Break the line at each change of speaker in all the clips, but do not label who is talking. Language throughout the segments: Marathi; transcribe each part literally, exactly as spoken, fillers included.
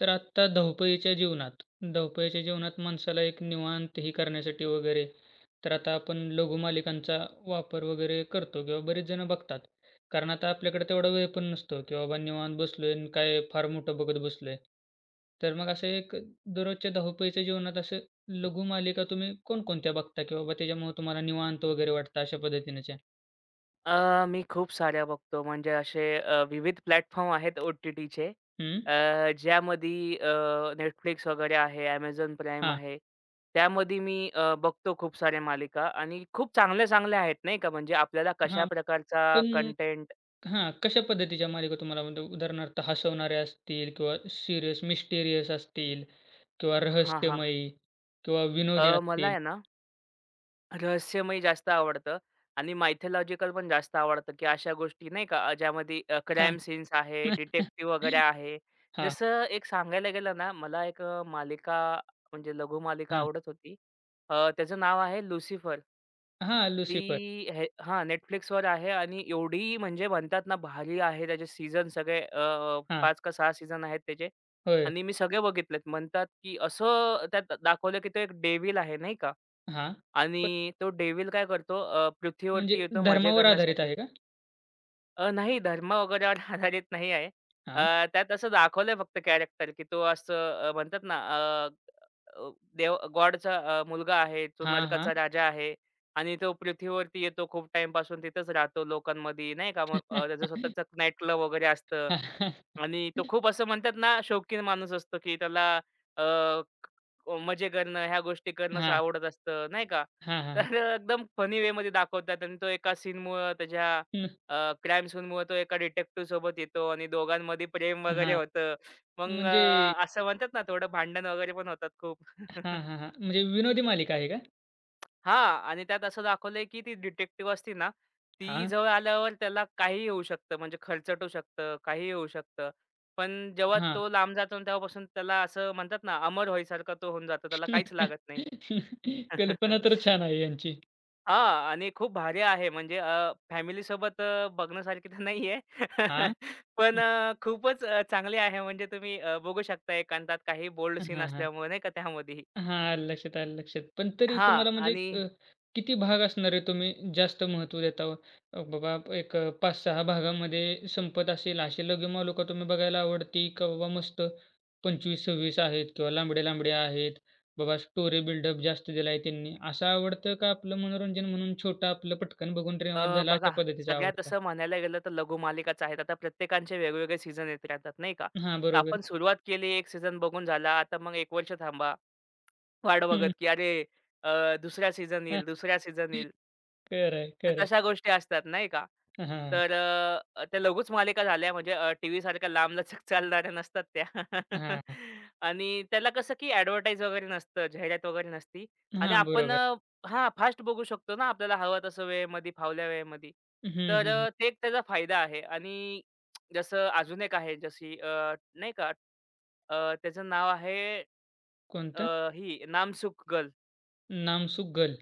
तर आत्ता धावपळीच्या जीवनात धावपळीच्या जीवनात माणसाला एक निवांत ही करण्यासाठी वगैरे तर आता आपण लघुमालिकांचा वापर वगैरे करतो किंवा बरेच जण बघतात. कारण आता आपल्याकडे तेवढा वेळ पण नसतो, की बाबा निवांत बसलोय आणि काय फार मोठं बघत बसलोय. तर मग असं एक दररोजच्या धावपळीच्या जीवनात असं लघुमालिका तुम्ही कोणकोणत्या बघता, की बाबा त्याच्यामुळे तुम्हाला निवांत वगैरे वाटतं अशा पद्धतीनेच्या?
अ, मी खूप साऱ्या बघतो. म्हणजे असे अ, विविध प्लॅटफॉर्म आहेत ओ-टी-टीचे
हं.
अ, ज्यामध्ये अ, वगैरे आहे, Amazon Prime
हां.
आहे. त्यामध्ये मी अ, बघतो खूप साऱ्या मालिका आणि खूप चांगल्या-चांगल्या आहेत नाही का. म्हणजे आपल्याला कशा
हां.
प्रकारचा
पण
कंटेंट
हां, कशा पद्धतीच्या मालिका तुम्हाला म्हणजे उदाहरणार्थ हसवणाऱ्या असतील किंवा सीरियस, मिस्टिरियस असतील किंवा
हां, हां.
रहस्यमयी किंवा विनोदी
अ, मला
असतील?
आहे ना रहस्यमय जास्त आवडतं आणि मायथॉलॉजिकल पण जास्त आवडतं, की अशा गोष्टी नाही का, ज्यामध्ये अ, ज्यामध्ये
हां.
क्राईम सीन्स आहे, डिटेक्टिव्ह वगैरे आहे.
हां,
जसं एक सांगायला गेलं ना, मला एक अ, मालिका म्हणजे लघु मालिका
हां.
आवडत होती. अ, त्याचं नाव आहे लुसिफर.
हां,
ती
लुसिफर.
हे हां, Netflixवर आहे आणि एवढी म्हणजे म्हणतात ना, भारी आहे. त्याचे सीझन सगळे अ,
हां.
अ, का सहा सीझन आहेत त्याचे
होय.
आणि मी सगळे बघितलेत. म्हणतात, की असं त्यात दाखवलं, की तो एक डेव्हिल आहे नाही का?
हां. पण
आणि तो डेव्हिल काय करतो अ,
म्हणजे
पृथ्वीवरती येतो मजे
धर्मावर आधारित
करण्यासाठी.
आहे का?
अ, नाही धर्म वगैरेवर आधारित नाही आहे.
हां.
अ, त्यात असं दाखवलंय फक्त कॅरेक्टर, की तो असं अ, म्हणतात ना अ, अ, देव गॉडचा मुलगा आहे, तो
हां, हां.
नरकाचा राजा आहे आणि तो पृथ्वीवरती येतो खूप टाईमपासून तिथेच राहतो लोकांमध्ये नाही का. मग अ, त्याचं स्वतःचं नाईट क्लब वगैरे असतं आणि तो खूप असं म्हणतात ना शौकीन माणूस असतो, की त्याला अ, मजे करणं, ह्या गोष्टी करणंच
हां.
आवडत असतं, नाही का?
हां, हां, हां.
तर अ, एकदम फनी वेमध्ये दाखवतात आणि तो एका सीनमुळं त्याच्या
न
अ, क्राईम सीनमुळं तो एका डिटेक्टिव्हसोबत येतो आणि दोघांमध्ये प्रेम वगैरे
हां.
होतं. मग
म्हणजे
अ, असं म्हणतात ना, थोडं भांडण वगैरे पण होतात खूप.
हां, हां, हां. म्हणजे विनोदी मालिका आहे का?
हां आणि त्यात असं दाखवलंय, की ती डिटेक्टिव्ह असते ना, ती
हां,
जवळ आल्यावर त्याला काहीही होऊ शकतं. म्हणजे खरचटू शकतं, काहीही होऊ शकतं. पण जेव्हा
हां.
तो लांब जातो आणि तेव्हापासून त्याला असं म्हणतात ना, अमर होईसारखा तो होऊन जातो. त्याला काहीच लागत नाही.
कल्पना तर छान आहे यांची.
हां. आणि खूप भारी आहे म्हणजे अ, सोबत अ, बघण्यासारखी तर नाहीये.
हां.
पण अ, खूपच अ, चांगली आहे म्हणजे तुम्ही अ, बघू शकता एकांतात काही बोल्ड सीन
हां, हां.
असल्यामुळे नाही का त्यामध्येही.
हां, आलं लक्षात, आलं लक्षात. पण तरी
हां.
तुम्हाला म्हणजे
आणि
अ, किती भाग असणार आहे तुम्ही जास्त महत्त्व देता व? अ, बाबा एक अ, पाच सहा भागामध्ये संपत असेल अशी लगीमालुका तुम्ही बघायला आवडती का बाबा मस्त पंचवीस सव्वीस आहेत किंवा लांबड्या-लांबड्या आहेत. बाबा स्टोरी बिल्डअप जास्त दिला आहे त्यांनी, असं आवडतं का आपलं मनोरंजन म्हणून छोटं आपलं पटकन बघून रिवाज
अ,
झाला
बघा
अशा पद्धतीचं
सगळ्यात
आवडतं?
असं म्हणायला गेलं तर लघुमालिकाच आहेत. आता प्रत्येकांचे वेगवेगळे सीझन येत राहतात नाही का.
हां,
तर
बरोबर.
आपण सुरुवात केली, एक सीझन बघून झाला. आता मग एक वर्ष थांबा, वाट बघत की अरे अ, दुसरा सीझन
हं,
येईल, दुसरा सीझन येईल.
खरं आहे, खरं आहे.
तशा गोष्टी असतात नाही का?
हां,
तर अ, त्या लघुच मालिका झाल्या म्हणजे अ, टीव्ही सारख्या लांबलचक चालणाऱ्या नसतात त्या.
हां,
आणि त्याला कसं की ॲडव्हर्टाइज वगैरे नसतं, जाहिरात वगैरे नसती आणि
हां,
आपण
बरोबर.
अ, हां, फास्ट बघू शकतो ना आपल्याला हवं तसं वेळेमध्ये, फावल्या वेळेमध्ये.
हं, हं,
तर
हं.
अ, ते एक त्याचा फायदा आहे आणि जसं अजून एक आहे जशी अ, नाही का अ, त्याचं नाव आहे
कोणतं?
अ, ही नामसुख गर्ल.
नामसुक गर्ल.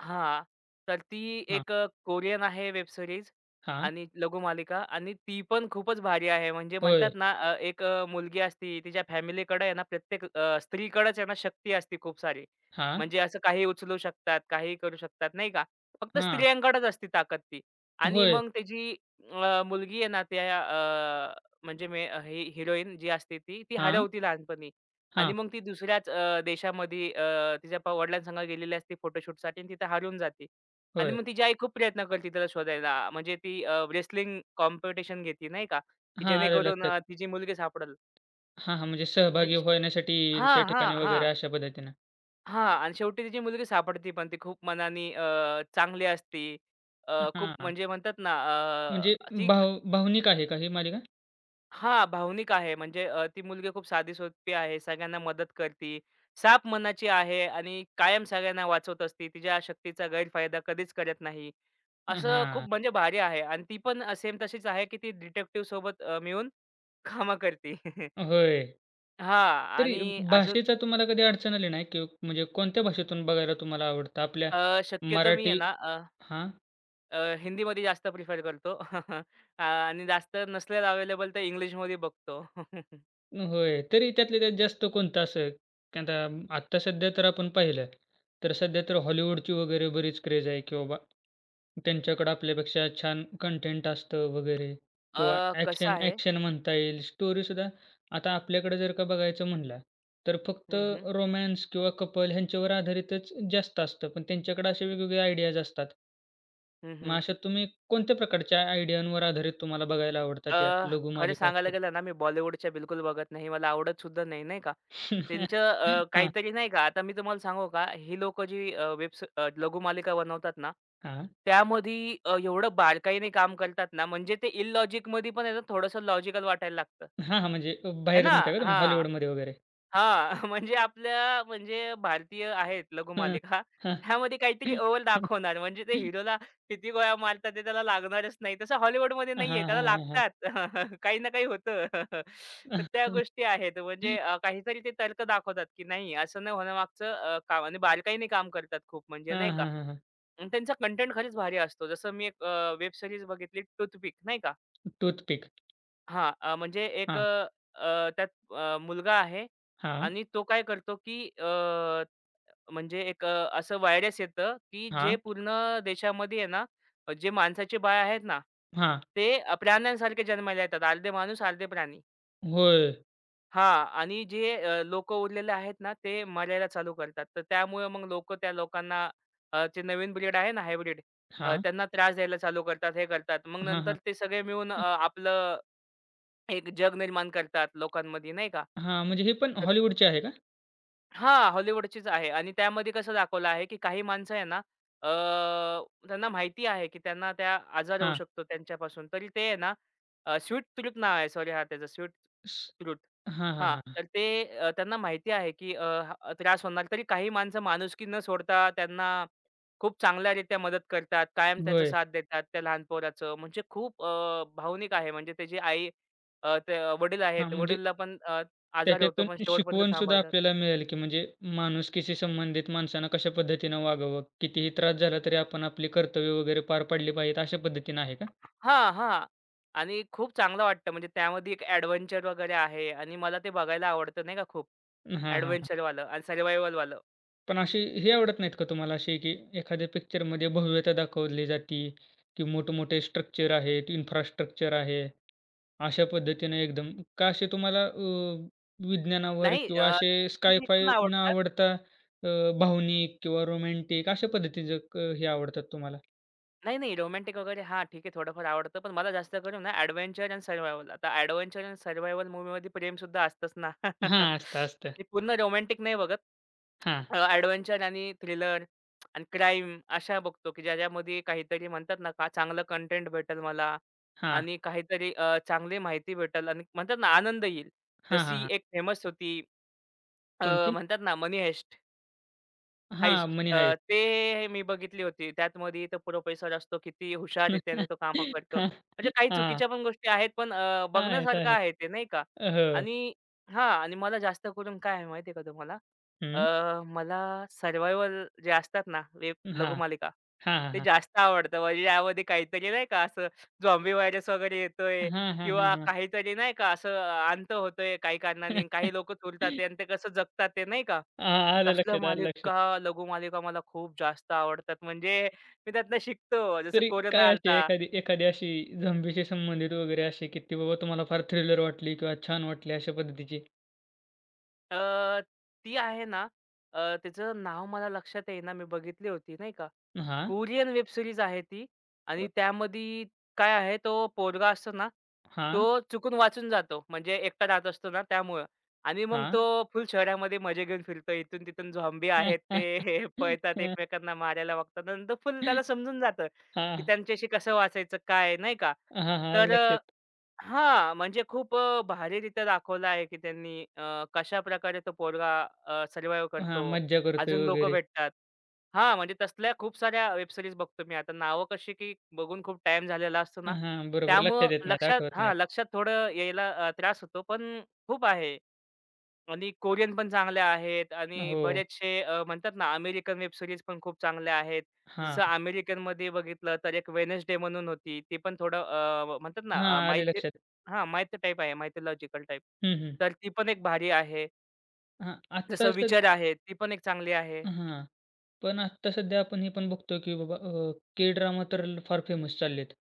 हां. तर ती
हां,
एक अ, कोरियन आहे वेब सीरीज
हां.
आणि लघुमालिका आणि ती पण खूपच भारी आहे. म्हणजे म्हणतात
होय.
ना अ, एक अ, मुलगी असती तिच्या फॅमिलीकडे आहे ना प्रत्येक अ, स्त्रीकडेच आहे ना शक्ती असते खूप सारी.
हां,
म्हणजे असं काही उचलू शकतात, काही करू शकतात नाही का. फक्त
हां.
स्त्रियांकडेच असते ताकद ती. आणि
होय.
मग त्याची अ, मुलगी आहे ना त्या अ, म्हणजे मे अ, ही हिरोईन जी असते ती, ती
हां,
हरवती लहानपणी. आणि
हां.
मग ती दुसऱ्याच अ, देशामध्ये अ, तिच्या प वडिलांसंग गेलेली असते फोटोशूटसाठी आणि तिथे हरवून जाते. आणि
होय.
मग तिची आई खूप प्रयत्न करते तिला शोधायला. म्हणजे ती रेसलिंग कॉम्पिटिशन घेते नाही का, की
हां, आलं
जेणेकरून
लक्षात.
अ, तिची मुलगी सापडेल.
हां, हां. म्हणजे
आणि
सहभागी होण्यासाठी येईल
हां,
त्या
हां,
ठिकाणी
हां,
वगैरे अशा पद्धतीनं.
हां. आणि शेवटी तिची मुलगी सापडते पण ती खूप मनाने अ, चांगली असते. अ, खूप
हां,
म्हणजे म्हणतात ना
म्हणजे
अ, ती
भाव भावनिक आहे का ही मालिका?
हां, भावनिक आहे. म्हणजे अ, ती मुलगी खूप साधी-सोपी आहे. सगळ्यांना मदत करती. साफ मनाची आहे आणि कायम सगळ्यांना वाचवत असते. तिच्या शक्तीचा गैरफायदा कधीच करत नाही. असं खूप
हां.
म्हणजे भारी आहे आणि ती पण सेम तशीच आहे, की ती डिटेक्टिव्हसोबत अ, मिळून कामं करते.
होय.
हां
तरी
आणि अजून
भाषेचा तुम्हाला कधी अडचण आली नाही की म्हणजे कोणत्या भाषेतून बघायला तुम्हाला आवडतं? आपल्या
अ, शक्यतो मी आहे
मराठी
ना अ,
हां.
अ, हिंदीमध्ये जास्त प्रिफर करतो अ, आणि जास्त नसल्यास अवेलेबल तर इंग्लिशमध्ये बघतो.
होय. तरी त्यातल्या त्यात जास्त कोणतं असं, की आता आत्ता सध्या तर आपण पाहिलं, तर सध्या तर हॉलिवूडची वगैरे बरीच क्रेज आहे, की बाबा त्यांच्याकडं आपल्यापेक्षा छान कंटेंट असतं वगैरे
अ,
किंवा
कसं
ॲक्शन
आहे
ॲक्शन म्हणता येईल. स्टोरीसुद्धा आता आपल्याकडे जर का बघायचं म्हणला, तर फक्त
हं, हं.
रोमॅन्स किंवा कपल ह्यांच्यावर आधारितच जास्त असतं. पण त्यांच्याकडे असे वेगवेगळे आयडियाज असतात.
हं,
मग
हं.
अशा तुम्ही कोणत्या प्रकारच्या आयडियांवर आधारित तुम्हाला बघायला
अ,
आवडतात या
खरं
लघुमालिका
सांगायला
असतील?
गेलं ना, मी बॉलिवूडच्या बिलकुल बघत नाही. मला आवडत सुद्धा नाही, नाही का. त्यांचं अ, काहीतरी नाही का, आता मी तुम्हाला सांगू का, ही लोकं जी अ, वेब्स अ, लघुमालिका बनवतात ना,
हां.
त्यामध्ये अ, एवढं बारकाईने काम करतात ना, म्हणजे ते इलॉजिकमध्ये पण आहे ना, थोडंसं लॉजिकल वाटायला लागतं.
हां, हां. म्हणजे अ,
आहे
बाहेर
ना?
म्हणताय का तुम्ही
हां.
हॉलिवूडमध्ये वगैरे?
हां, म्हणजे आपल्या म्हणजे भारतीय आहेत
हं,
लघुमालिका.
हां.
त्यामध्ये काहीतरी अव्वल दाखवणार म्हणजे ते हिरोला किती गोळ्या मारतात ते त्याला लागणारच नाही. तसं हॉलिवूडमध्ये
हां,
नाहीये
हां,
त्याला
हां, हां.
लागतात. काही ना काही होतं. तर त्या गोष्टी आहेत म्हणजे अ, काहीतरी ते तर्क दाखवतात, की नाही असं न होण्यामागचं अ, काम आणि बारकाईने काम करतात खूप म्हणजे
हां,
नाही का.
हां, हां, हां.
आणि त्यांचा कंटेंट खरंच भारी असतो. जसं मी एक वेब सीरीज बघितली टूथपिक नाही का.
टूथपिक.
हां, अ, म्हणजे एक
हां,
अ, अ, त्यात अ, मुलगा आहे
हां,
आणि तो काय करतो, की अ, म्हणजे एक अ, असं व्हायरस येतं, की जे
हां,
पूर्ण देशामध्ये आहे ना, अ, जे माणसाचे बाळ आहेत ना,
हां.
ते अ, प्राण्यांसारखे जन्माला येतात. अर्धे माणूस, अर्धे प्राणी.
होय.
हां आणि जे अ, लोकं उरलेले आहेत ना, ते मरायला चालू करतात. तर त्यामुळे मग लोकं त्या लोकांना अ, जे नवीन ब्रीड आहे ना हायब्रिड,
हां,
त्यांना त्रास द्यायला चालू करतात, हे करतात. मग
हां,
नंतर
हां.
ते सगळे मिळून अ,
अ,
आपलं एक जग निर्माण करतात लोकांमध्ये नाही का?
हां, म्हणजे हे पण हॉलिवूडचे आहे का?
हां, हॉलिवूडचीच आहे आणि त्यामध्ये कसं दाखवलं आहे, की काही माणसं आहे ना, अ, त्यांना माहिती आहे, की त्यांना त्या आजार होऊ
हां.
शकतो त्यांच्यापासून. तरी ते आहे ना, अ, स्वीट ट्रूथ नाव आहे. सॉरी हां, त्याचं स्वीट
स
ट्रूथ.
हां, हां,
हां,
हां.
तर ते अ, त्यांना माहिती आहे, की अ, हा अं, त्रास होणार. तरी काही माणसं माणुसकी न सोडता त्यांना खूप चांगल्यारीत्या मदत करतात. कायम त्याचा
होय.
साथ देतात त्या लहान पोराचं. म्हणजे खूप अ, भावनिक आहे. म्हणजे त्याची आई अ, ते अं, वडील
हां,
आहेत.
म्हणजे
वडीलला पण अ, आजार होतो,
त्याच्यातून
पण शेवटपर्यंत
शिकवण सुद्धा
सांभाळतात.
आपल्याला मिळेल, की म्हणजे माणुसकीशी संबंधित माणसानं कशा पद्धतीनं वागावं? कितीही त्रास झाला तरी आपण आपली कर्तव्य वगैरे पार पाडली पाहिजेत अशा पद्धतीनं आहे का?
हां, हां. आणि खूप चांगलं वाटतं म्हणजे त्यामध्ये एक एडव्हेंचर वगैरे आहे आणि मला ते बघायला आवडतं नाही का खूप
हां, हां.
एडव्हेंचरवालं आणि सर्व्हायव्हलवालं.
पण अशी हे आवडत नाहीत का तुम्हाला असे, की एखाद्या पिक्चरमध्ये भव्यता दाखवली जाती, की मोठे-मोठे स्ट्रक्चर आहेत, इन्फ्रास्ट्रक्चर आहे. अशा पद्धतीने एकदम का असे तुम्हाला अ, विज्ञानावर
नाही
किंवा
अ,
असे
सायंटिस्ट पण
स्काय-फाय न
आवडतं.
आवडता अ, भावनिक किंवा रोमॅन्टिक अशा पद्धतीचं क हे आवडतात तुम्हाला?
नाही, नाही. रोमॅन्टिक वगैरे हां, ठीक आहे थोडंफार आवडतं. पण मला जास्त करून ना एडव्हेंचर आणि सर्व्हायव्हल. आता एडव्हेंचर आणि सर्व्हायव्हल मूव्हीमध्ये प्रेमसुद्धा असतंच ना.
हां, असतं, असतं.
मी पूर्ण रोमॅन्टिक नाही बघत.
हां,
अ, आणि थ्रिलर आणि क्राईम अशा बघतो, की ज्याच्यामध्ये काहीतरी म्हणतात ना का चांगलं कंटेंट भेटेल मला
हां.
आणि काहीतरी अ, चांगली माहिती भेटेल आणि म्हणतात ना आनंद येईल.
हां, हां,
जशी
हां.
एक फेमस होती अ,
कोणती?
म्हणतात ना मनी हाइस्ट.
हां,
हाइस्ट
मनी
अ,
हाइस्ट.
ते मी बघितली होती. त्यात त्यातमध्ये तो प्रोफेसर असतो, किती हुशाररीत्याने तो कामं करतो.
हां,
म्हणजे काही
हां.
चुकीच्या पण गोष्टी आहेत, पण अ,
आहेत,
बघण्यासारखं
आहेत.
आहे ते नाही का.
हो.
आणि हां आणि मला जास्त करून काय आहे माहिती का तुम्हाला, अ,
हं.
मला सर्व्हायव्हल जे असतात ना, वेब
हां.
लघुमालिका,
हां, हां,
ते
हां.
जास्त आवडतं. म्हणजे यामध्ये काहीतरी नाही का असं झॉम्बी व्हायरस वगैरे येतोय
हां, हां, हां,
किंवा
हां.
काहीतरी नाही का असं अंत होतोय काही कारणाने. काही लोकं चुलतात ते आणि ते कसं जगतात ते नाही का?
हां, आलं
तसल्या
लक्षात, आलं लक्षात.
मालिका, लघुमालिका मला खूप जास्त आवडतात. म्हणजे मी त्यातनं शिकतो. जसं
तरी काय
कोरोना
अशी
आलता.
एखादी एखादी अशी झोम्बीशी संबंधित वगैरे अशी की ती बाबा तुम्हाला फार थ्रिलर वाटली किंवा छान वाटली अशा पद्धतीची?
अ, ती आहे ना, अ, तिचं नाव मला लक्षात येईना. मी बघितली होती नाही का?
हां,
कोरियन वेब सीरीज आहे ती आणि
अ,
त्यामध्ये काय आहे तो पोरगा असतो ना,
हां,
तो चुकून वाचून जातो. म्हणजे एकटा राहत असतो ना त्यामुळं आणि मग तो
हां.
फुल शहरामध्ये मजे घेऊन फिरतो. इथून-तिथून झॉम्बी आहेत ते पळतात एकमेकांना मारायला बघतात. नंतर फुल त्याला समजून जातं, की
हां,
त्यांच्याशी कसं वाचायचं काय नाही का?
हां, हां, आलं
तर
लक्षात.
हां, म्हणजे खूप अ, भारीरित्या दाखवलं आहे, की त्यांनी अ, कशाप्रकारे तो पोरगा अ,
हां,
करतो.
मज्जा करतोय
अजून लोकं
वगैरे.
भेटतात. हां, म्हणजे तसल्या खूप साऱ्या वेब सीरीज बघतो मी आता. नावं कशी की बघून खूप टाईम झालेला असतो ना,
हां, बरोबर
त्यामुळं
लक्षात येत नाहीत,
लक्षात
आठवत
हां,
नाहीत.
लक्षात थोडं यायला अ, त्रास होतो. पण खूप आहे. आणि कोरियन पण चांगल्या आहेत आणि
हो.
बरेचसे अ, म्हणतात ना अमेरिकन वेब सीरीज पण खूप चांगल्या आहेत.
हां,
जसं अमेरिकनमध्ये बघितलं तर एक वेडनेसडे म्हणून होती. ती पण थोडं अ, म्हणतात ना
हां,
अ,
आले
माहिती
लक्षात.
हां, माहिती टाइप आहे, मायथॉलॉजिकल टाइप.
हं, हं.
तर ती पण एक भारी आहे.
हां, आत्ता
जसं विचार आहे, ती पण एक चांगली आहे.
हां. पण आत्ता सध्या आपण हे पण बघतो, की बाबा के ड्रामा तर ल- फार फेमस चाललेत.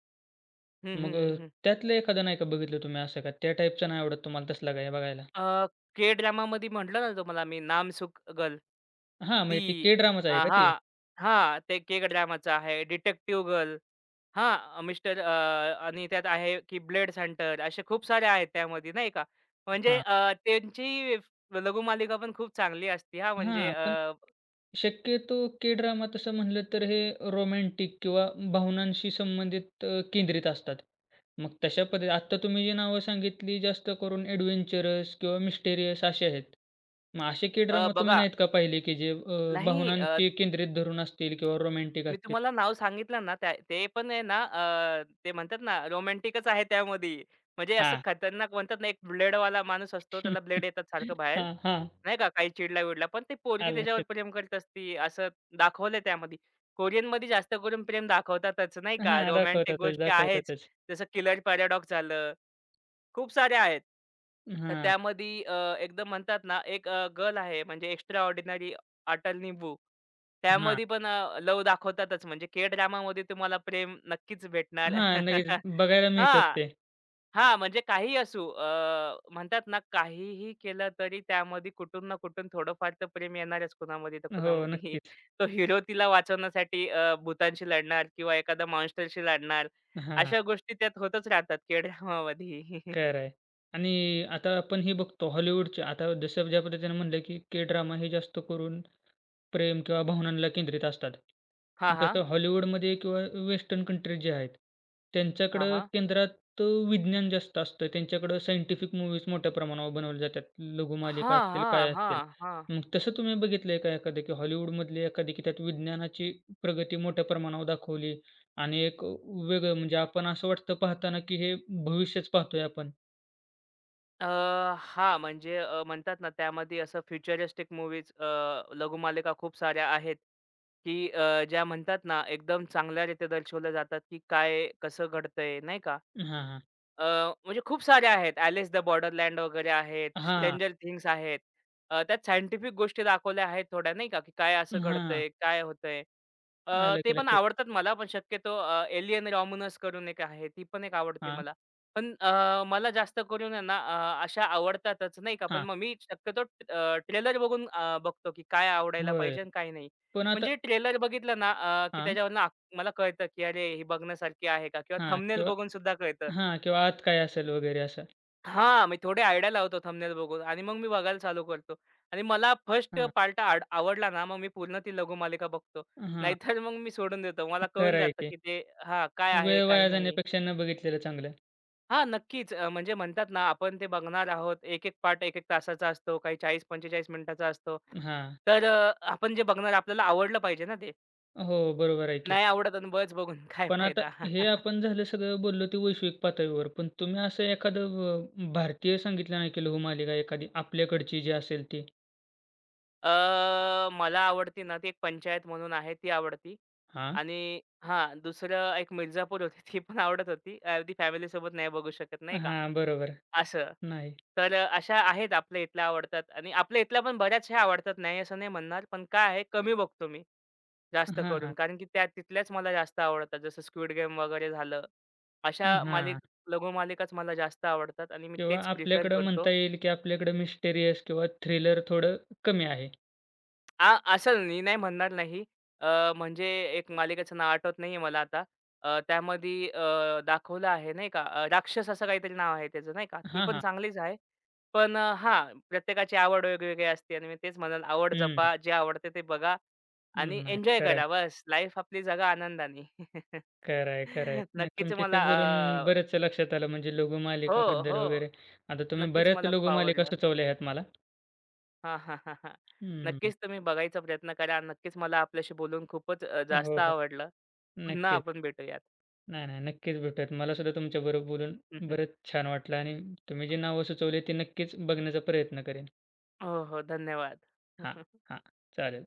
हं, हं,
मग अ,
हं, हं.
त्यातलं एखादं नाही का बघितलं तुम्ही असं का त्या टाईपचा नाही आवडत तुम्हाला तसला काय बघायला?
अ, के ड्रामामध्ये म्हटलं ना तुम्हाला मी नामसुक गर्ल.
हां,
ती
म्हणजे ते के ड्रामाच
अ,
आहे का ते?
हां, हां. ते के ड्रामाचं आहे. Detective girl. हां, मिस्टर अ, आणि त्यात आहे की ब्लेड सेंटर असे खूप सारे आहेत त्यामध्ये नाही का. म्हणजे
हां.
अ, त्यांची लघुमालिका पण खूप चांगली असते हां,
हां,
म्हणजे
पण
अ,
शक्यतो के-ड्रामा तसं म्हणलं तर हे रोमॅन्टिक किंवा भावनांशी संबंधित अ, केंद्रित असतात. मग तशा पद्धती आत्ता तुम्ही जी नावं सांगितली जास्त करून एडव्हेंचरस किंवा मिस्टेरियस असे आहेत. मग असे
अ,
के-ड्रामा तुम्ही
बघा
नाहीत का पाहिले की जे अ,
नाही
भावनांचे केंद्रित धरून असतील किंवा रोमॅन्टिक
मी
असतील?
तुम्हाला नाव सांगितलं ना त्या ते पण आहे ना अ, ते म्हणतात ना रोमॅन्टिकच आहे त्यामध्ये. म्हणजे असं
हां.
खतरनाक म्हणतात ना, एक ब्लेडवाला माणूस असतो, त्याला ब्लेड येतात सारखं बाहेर.
हां, हां.
नाही का, काही चिडला-विडला, पण ते पोरगी
आलं
त्याच्यावर
लक्षात.
प्रेम करत असती, असं दाखवलंय त्यामध्ये. कोरियनमध्ये जास्त करून प्रेम दाखवतातच नाही का,
हां,
रोमॅन्टिक
दाखवतातच,
गोष्टी आहेच.
दाखवतातच.
जसं किलर पॅराडॉक्स झालं खूप साऱ्या आहेत. तर
हां,
त्यामध्ये अ, एकदम म्हणतात ना, एक अ, गर्ल आहे म्हणजे एक्स्ट्रा ऑर्डिनरी अटल निंबू.
हां.
त्यामध्ये पण अ, लव्ह दाखवतातच म्हणजे के ड्रामामध्ये तुम्हाला प्रेम नक्कीच भेटणार.
हां, नक्कीच बघायला मिळतात
हां,
ते.
हां. म्हणजे काही असू अ, म्हणतात ना, काहीही केलं तरी त्यामध्ये कुठून ना कुठून थोडंफार तर प्रेम येणारच कुणामध्ये तर
हो,
कुणामध्ये.
नक्कीच.
तो हिरो तिला वाचवण्यासाठी अ, भुतांशी लढणार किंवा एखाद्या मॉन्स्टरशी लढणार.
हां.
अशा गोष्टी त्यात होतच राहतात के ड्रामामध्ये.
खरं आहे. आणि आता आपण हे बघतो हॉलिवूडचे आता जसं ज्या पद्धतीने म्हणलं, की के ड्रामा हे जास्त करून प्रेम किंवा भावनांना केंद्रित असतात.
हां,
तसं हॉलिवूडमध्ये किंवा वेस्टर्न कंट्रीज जे आहेत,
हां,
त्यांच्याकडं
हां.
केंद्रात अ, विज्ञान जास्त असतं. त्यांच्याकडं सायंटिफिक मूव्हीज मोठ्या प्रमाणावर बनवल्या जातात. लघुमालिका
हां,
असतील, काय
हां, हां,
असतील.
हां.
मग तसं तुम्ही बघितलंय का एखादं, की हॉलिवूडमधली एखादी, की त्यात विज्ञानाची प्रगती मोठ्या प्रमाणावर दाखवली आणि एक वेगळं म्हणजे आपण असं वाटतं पाहताना, की हे भविष्यच पाहतोय आपण.
अ, हां, म्हणजे अ, म्हणतात ना त्यामध्ये असं फ्युचरिस्टिक मूव्हीज लघुमालिका खूप साऱ्या आहेत, की अ, ज्या म्हणतात ना एकदम चांगल्या रीत्या दर्शवल्या जातात, की काय कसं घडतंय नाही का?
हां, हां.
अ, म्हणजे खूप साऱ्या आहेत. ॲलिस द बॉर्डरलँड वगैरे आहेत.
हां,
स्ट्रेंजर थिंग्स आहेत. अ, त्यात सायंटिफिक गोष्टी दाखवल्या आहेत थोड्या नाही का, की काय असं
हां.
घडतंय, काय होतंय. अ,
आलं
ते
की
पण
लक्षात.
आवडतात मला. पण शक्यतो अ, एलियन रॉमुनस करून एक आहे. ती पण एक आवडते
हां,
मला. पण अ, मला जास्त करून आहे ना अ, अशा आवडतातच नाही का. पण
हां.
मग मी शक्यतो ट्रेलर बघून अ, बघतो, की काय आवडायला
होय.
पाहिजे आणि काय नाही.
पण आता
म्हणजे ट्रेलर बघितलं ना अ, की
हां,
त्याच्यावरनं आक- मला कळतं, की अरे, ही बघण्यासारखी आहे का? किंवा
हां
थंबनेल
किंवा
बघून सुद्धा कळतं,
हां किंवा आत काय असेल वगैरे असं.
हां, मी थोडे आयडिया लावतो थंबनेल बघून आणि मग मी बघायला चालू करतो आणि मला फर्स्ट
हां,
पार्ट आवडला ना, मग मी पूर्ण ती लघुमालिका बघतो.
हां.
नाहीतर मग मी सोडून देतो. मला कळून
खरं आहे
जातं,
की.
की ते हां, काय आहे,
वेळ
काही
वाया
नाही.
जाण्यापेक्षा न बघितलेलं चांगलं.
हां, नक्कीच. अ, म्हणजे म्हणतात ना, आपण ते बघणार आहोत. एक-एक पार्ट एक एक तासाचा असतो, काही चाळीस पंचेचाळीस मिनिटाचा असतो.
हां.
तर अ, आपण जे बघणार आपल्याला आवडलं पाहिजे ना ते.
हो, बरोबर आहे की.
नाही आवडत आणि बस बघून काय
पण आता
फायदा?
हे आपण झालं सगळं बोललो ते वैश्विक पातळीवर. पण तुम्ही असं एखादं व भारतीय संगीत नाही केलं मालिका एखादी आपल्याकडची जी असेल ती?
अ, मला आवडती ना, ती एक पंचायत म्हणून आहे ती आवडती
हां.
आणि हां, दुसरं एक मिर्झापूर होती ती पण आवडत होती. अ, ती फॅमिलीसोबत नाही बघू शकत नाही का,
हां, बरोबर.
असं.
नाही.
तर अ, अशा आहेत आपल्या इथल्या आवडतात आणि आपल्या इथल्या पण बऱ्याचशा आवडतात, नाही असं नाही म्हणणार. पण काय आहे कमी बघतो मी, जास्त
हां, हां.
करून. कारण की त्या तिथल्याच मला जास्त आवडतात. जसं स्क्विड गेम वगैरे झालं. अशा मालिक
हां.
लघुमालिकाच मला जास्त आवडतात आणि मी
किंवा
तेच प्रिफर
आपल्याकडं
करतो.
म्हणता येईल, की आपल्याकडं मिस्टेरियस किंवा थ्रिलर थोडं कमी आहे.
आ, असेल मी नाही म्हणणार नाही. अ, म्हणजे एक मालिकेचं नाव आठवत नाहीये मला आता. अ, त्यामध्ये अ, दाखवलं आहे नाही का अ, राक्षस असं काहीतरी नाव आहे त्याचं नाही का. ती
हां,
पण
हां.
चांगलीच आहे. पण अ, हां, प्रत्येकाची आवड वेगवेगळी असते आणि मी तेच म्हणाल आवड
हं.
जपा, जे आवडते ते बघा आणि
नाही.
एन्जॉय
खरं आहे.
करा बस. लाईफ आपली जगा आनंदाने.
खरं आहे, खरं आहे. नाही
नक्कीच
तुमच्याशी
मला
बोलून
अ,
बरंच लक्षात आलं म्हणजे
हो,
लघुमालिकाबद्दल
हो.
वगैरे. आता तुम्ही
नक्कीच
बऱ्याच
मला खूप
लघुमालिका
आवडलं.
सुचवल्या आहेत मला.
हां, हां, हां, हां.
हं.
नक्कीच तुम्ही बघायचा प्रयत्न करा. नक्कीच मला आपल्याशी बोलून खूपच अ, जास्त
हो, हो.
आवडलं. पुन्हा
नक्कीच.
आपण भेटूयात.
नाही, नाही. नक्कीच भेटूयात. मलासुद्धा तुमच्याबरोबर बोलून बरंच छान वाटलं आणि तुम्ही जी नावं सुचवली ती नक्कीच बघण्याचा प्रयत्न करेन.
हो, हो. धन्यवाद.
हां, हां. चालेल.